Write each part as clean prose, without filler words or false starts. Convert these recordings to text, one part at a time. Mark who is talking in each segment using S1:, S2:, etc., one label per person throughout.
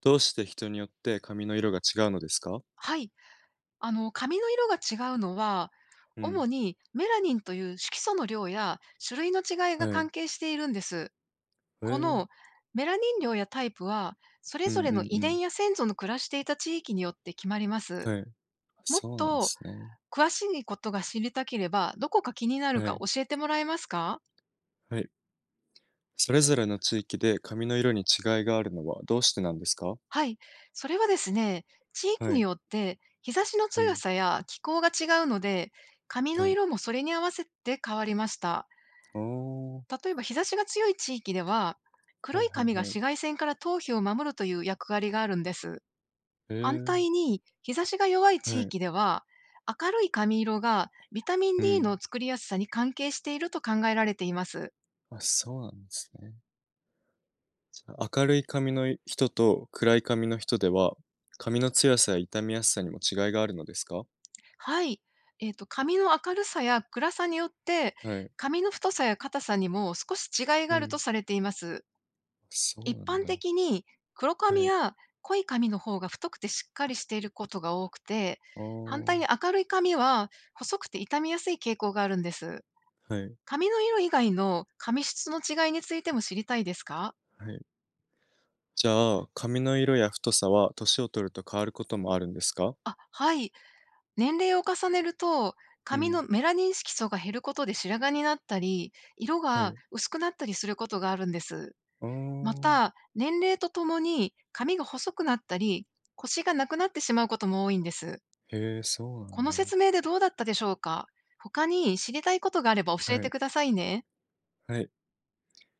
S1: どうして人によって髪の色が違うのですか？
S2: はい。髪の色が違うのは、
S1: う
S2: 主
S1: ん。
S2: にメラニンという色素の量や種類の違いが
S1: はい。
S2: 関係しているんです。
S1: へえ。う
S2: こ
S1: ん
S2: のメラニン量やタイプは、それ
S1: う
S2: ぞれの
S1: ん
S2: 遺
S1: うん。
S2: 伝や先祖の暮らしていた地域によって決まります。
S1: はい。
S2: もっ
S1: そうなんで
S2: と
S1: すね。
S2: 詳しいことが知りたければ、どこか気になる
S1: は
S2: か
S1: い。
S2: 教えてもらえますか？
S1: はい。それぞれの地域で髪の色に違いがあるのはどうしてなんですか？
S2: はい。それはですね、地域
S1: は
S2: に
S1: い。
S2: よって日差しの
S1: う
S2: 強
S1: ん。
S2: さや気候が違うので、髪
S1: は
S2: の
S1: い。
S2: 色もそれに合わせて変わりました。
S1: おー。
S2: 例えば日差しが強い地域では、
S1: は
S2: 黒
S1: い
S2: い
S1: は
S2: 紙が
S1: いはい。
S2: 紫外線から頭皮を守るという役割があるんです。
S1: へ
S2: 反
S1: え。
S2: 対に、日差しが弱い地
S1: はい。
S2: 域では、明るい髪色がビタ
S1: う
S2: ミン D
S1: ん。
S2: の作りやすさに関係していると考えられています。
S1: あ、そうなんですね。じゃあ明るい髪の人と暗い髪の人では髪の強さや傷みやすさにも違いがあるのですか？
S2: はい。髪の明るさや暗さによって、
S1: はい。
S2: 髪の太さや硬さにも少し違い
S1: う
S2: がある
S1: ん。
S2: とされています。
S1: そう
S2: 一
S1: なん
S2: 般
S1: だ。
S2: 的に黒
S1: は
S2: 髪
S1: い。
S2: や濃い髪の方が太くてしっかりしていることが多くて、反
S1: お
S2: 対に
S1: ー。
S2: 明るい髪は細くて傷みやすい傾向があるんです。
S1: はい。
S2: 髪の色以外の髪質の違いについても知りたいですか？
S1: はい。じゃあ、髪の色や太さは年を取ると変わることもあるんですか？
S2: あ、はい。年齢を重ねると、
S1: う
S2: 髪
S1: ん。
S2: のメラニン色素が減ることで白髪になったり、色
S1: は
S2: が
S1: い。
S2: 薄くなったりすることがあるんです。
S1: ああ。
S2: また、年齢とともに髪が細くなったり、腰がなくなってしまうことも多いんです。
S1: へえ、そうな
S2: こ
S1: ん
S2: の
S1: だ。
S2: 説明でどうだったでしょうか？他に知りたいことがあれば
S1: は
S2: 教えて
S1: い。
S2: くださいね。
S1: はい。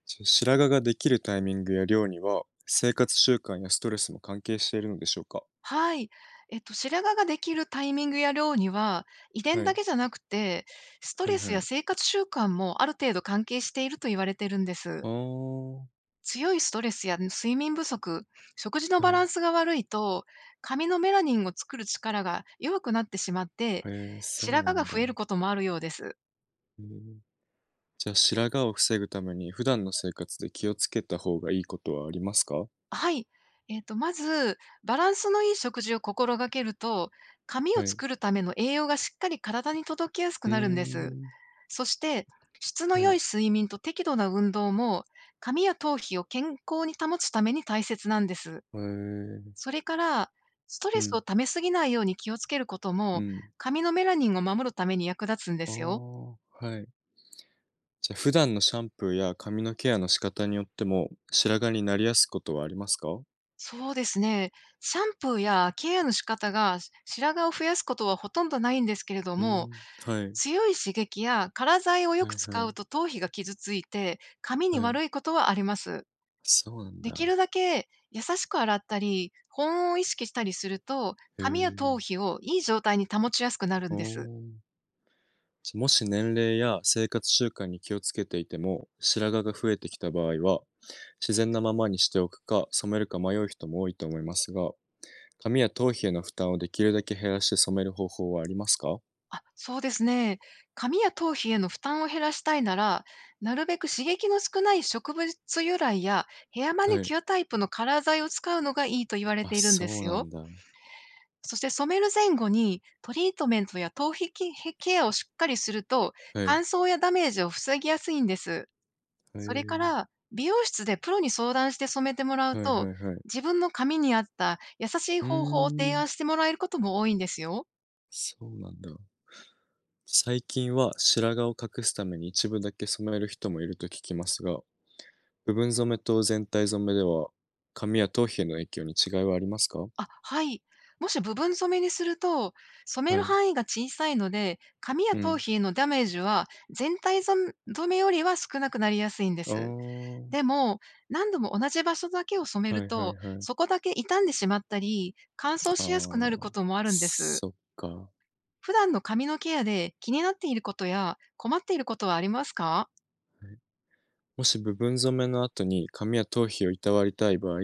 S1: じゃあ白髪ができるタイミングや量には、生活習慣やストレスも関係しているのでしょうか？
S2: はい。白髪ができるタイミングや量には、遺
S1: は
S2: 伝だ
S1: い。
S2: けじゃなくて、スト
S1: はい
S2: レス
S1: は
S2: や
S1: い。
S2: 生活習慣もある程度関係していると言われてるんです。
S1: ああ、
S2: 強いストレスや睡眠不足、食事の
S1: は
S2: バラ
S1: い。
S2: ンスが悪いと、髪のメラニンを作る力が弱くなってしまって、
S1: へえ、そう
S2: 白
S1: な
S2: 髪が
S1: ん
S2: 増え
S1: だ。
S2: ることもあるようです。
S1: へえ。じゃあ、白髪を防ぐために普段の生活で気をつけた方がいいことはありますか？
S2: はい。まず、バランスのいい食事を心がけると、髪を
S1: はい。
S2: 作るための栄養がしっかり体に届きやすく
S1: うー
S2: なるんです。
S1: ん。
S2: そして、質の
S1: は
S2: 良
S1: い。
S2: い睡眠と適度な運動も、髪や頭皮を健康に保つために大切なんです。
S1: へえ。
S2: それから、スト
S1: う
S2: レス
S1: ん。
S2: を溜めすぎないように気をつけること
S1: う
S2: も、
S1: ん。
S2: 髪のメラニンを守るために役立つんで
S1: あ
S2: すよ。
S1: あ、はい。じゃあ、普段のシャンプーや髪のケアの仕方によっても、白髪になりやすいことはありますか？
S2: そうですね。シャンプーやケアの仕方が白髪を増やすことはほとんどないんですけれど
S1: うー
S2: も、
S1: ん、はい。
S2: 強い刺激やカラ剤をよ
S1: は
S2: く
S1: い
S2: 使
S1: はい
S2: うと頭皮が傷ついて、髪に
S1: はい。
S2: 悪いことはあります。
S1: そうなん
S2: でき
S1: だ。
S2: るだけ優しく洗ったり、保温を意識したりすると、
S1: へ
S2: 髪や頭
S1: え。
S2: 皮をいい状態に保ちやすくなる
S1: お
S2: んです。
S1: ー。じゃあ、もし年齢や生活習慣に気をつけていても、白髪が増えてきた場合は、自然なままにしておくか、染めるか迷う人も多いと思いますが、髪や頭皮への負担をできるだけ減らして染める方法はありますか？
S2: あ、そうですね。髪や頭皮への負担を減らしたいなら、なるべく刺激の少ない植物由来やヘアマ
S1: は
S2: ニ
S1: い。
S2: キュアタイプのカラー剤を使うのがいいと言われ
S1: あ、
S2: ているんで
S1: そう
S2: す
S1: な
S2: よ。
S1: んだ。
S2: そして染める前後にトリートメントや頭皮ケケアをしっかりすると、
S1: はい。
S2: 乾燥やダメージを防ぎやすいんです。
S1: へ
S2: それか
S1: え。
S2: ら、美容室でプロに相談して染めてもらう
S1: はい
S2: と、
S1: はいはい。
S2: 自分の髪に合った優しい
S1: うー
S2: 方法を提
S1: ん、
S2: 案してもらえることも多いんですよ。
S1: そうなんだ。最近は白髪を隠すために一部だけ染める人もいると聞きますが、部分染めと全体染めでは、髪や頭皮への影響に違いはありますか？
S2: あ、はい。もし部分染めにすると、染め
S1: は
S2: る
S1: い。
S2: 範囲が小さいので、髪や
S1: う
S2: 頭
S1: ん。
S2: 皮へのダメージは全体染染めよりは少なくなりやすいんで
S1: ああ、
S2: す。
S1: は
S2: でも、何度も同じ場所だけを染め
S1: いは
S2: る
S1: い
S2: と、
S1: はい。
S2: そこだけ傷んでしまったり、乾燥
S1: あ
S2: しやすくなる
S1: あ、
S2: こともあるんです。
S1: そっか。
S2: 普段の髪のケアで気になっていることや困っていることはありますか？
S1: もし部分染めの後に髪や頭皮をいたわりたい場合、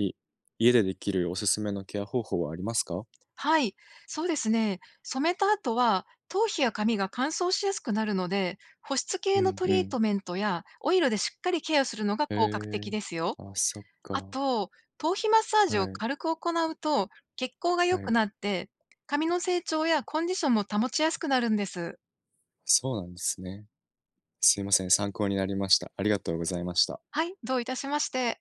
S1: 家でできるおすすめのケア方法はありますか？
S2: はい、そうですね。染めた後は、頭皮や髪が乾燥しやすくなるので、保湿
S1: う
S2: 系の
S1: ん
S2: ト
S1: う
S2: リー
S1: ん。
S2: トメントやオイルでしっかりケアするのが
S1: へ
S2: 効果的
S1: え。
S2: ですよ。
S1: あ、そっ
S2: あ
S1: か。
S2: と、頭皮マッサー
S1: は
S2: ジを
S1: い
S2: 軽く行うと、血行が良
S1: は
S2: く
S1: い。
S2: なって、髪の成長やコンディションも保ちやすくなるんです。
S1: そうなんですね。すいません、参考になりました。ありがとうございました。
S2: はい、どういたしまして。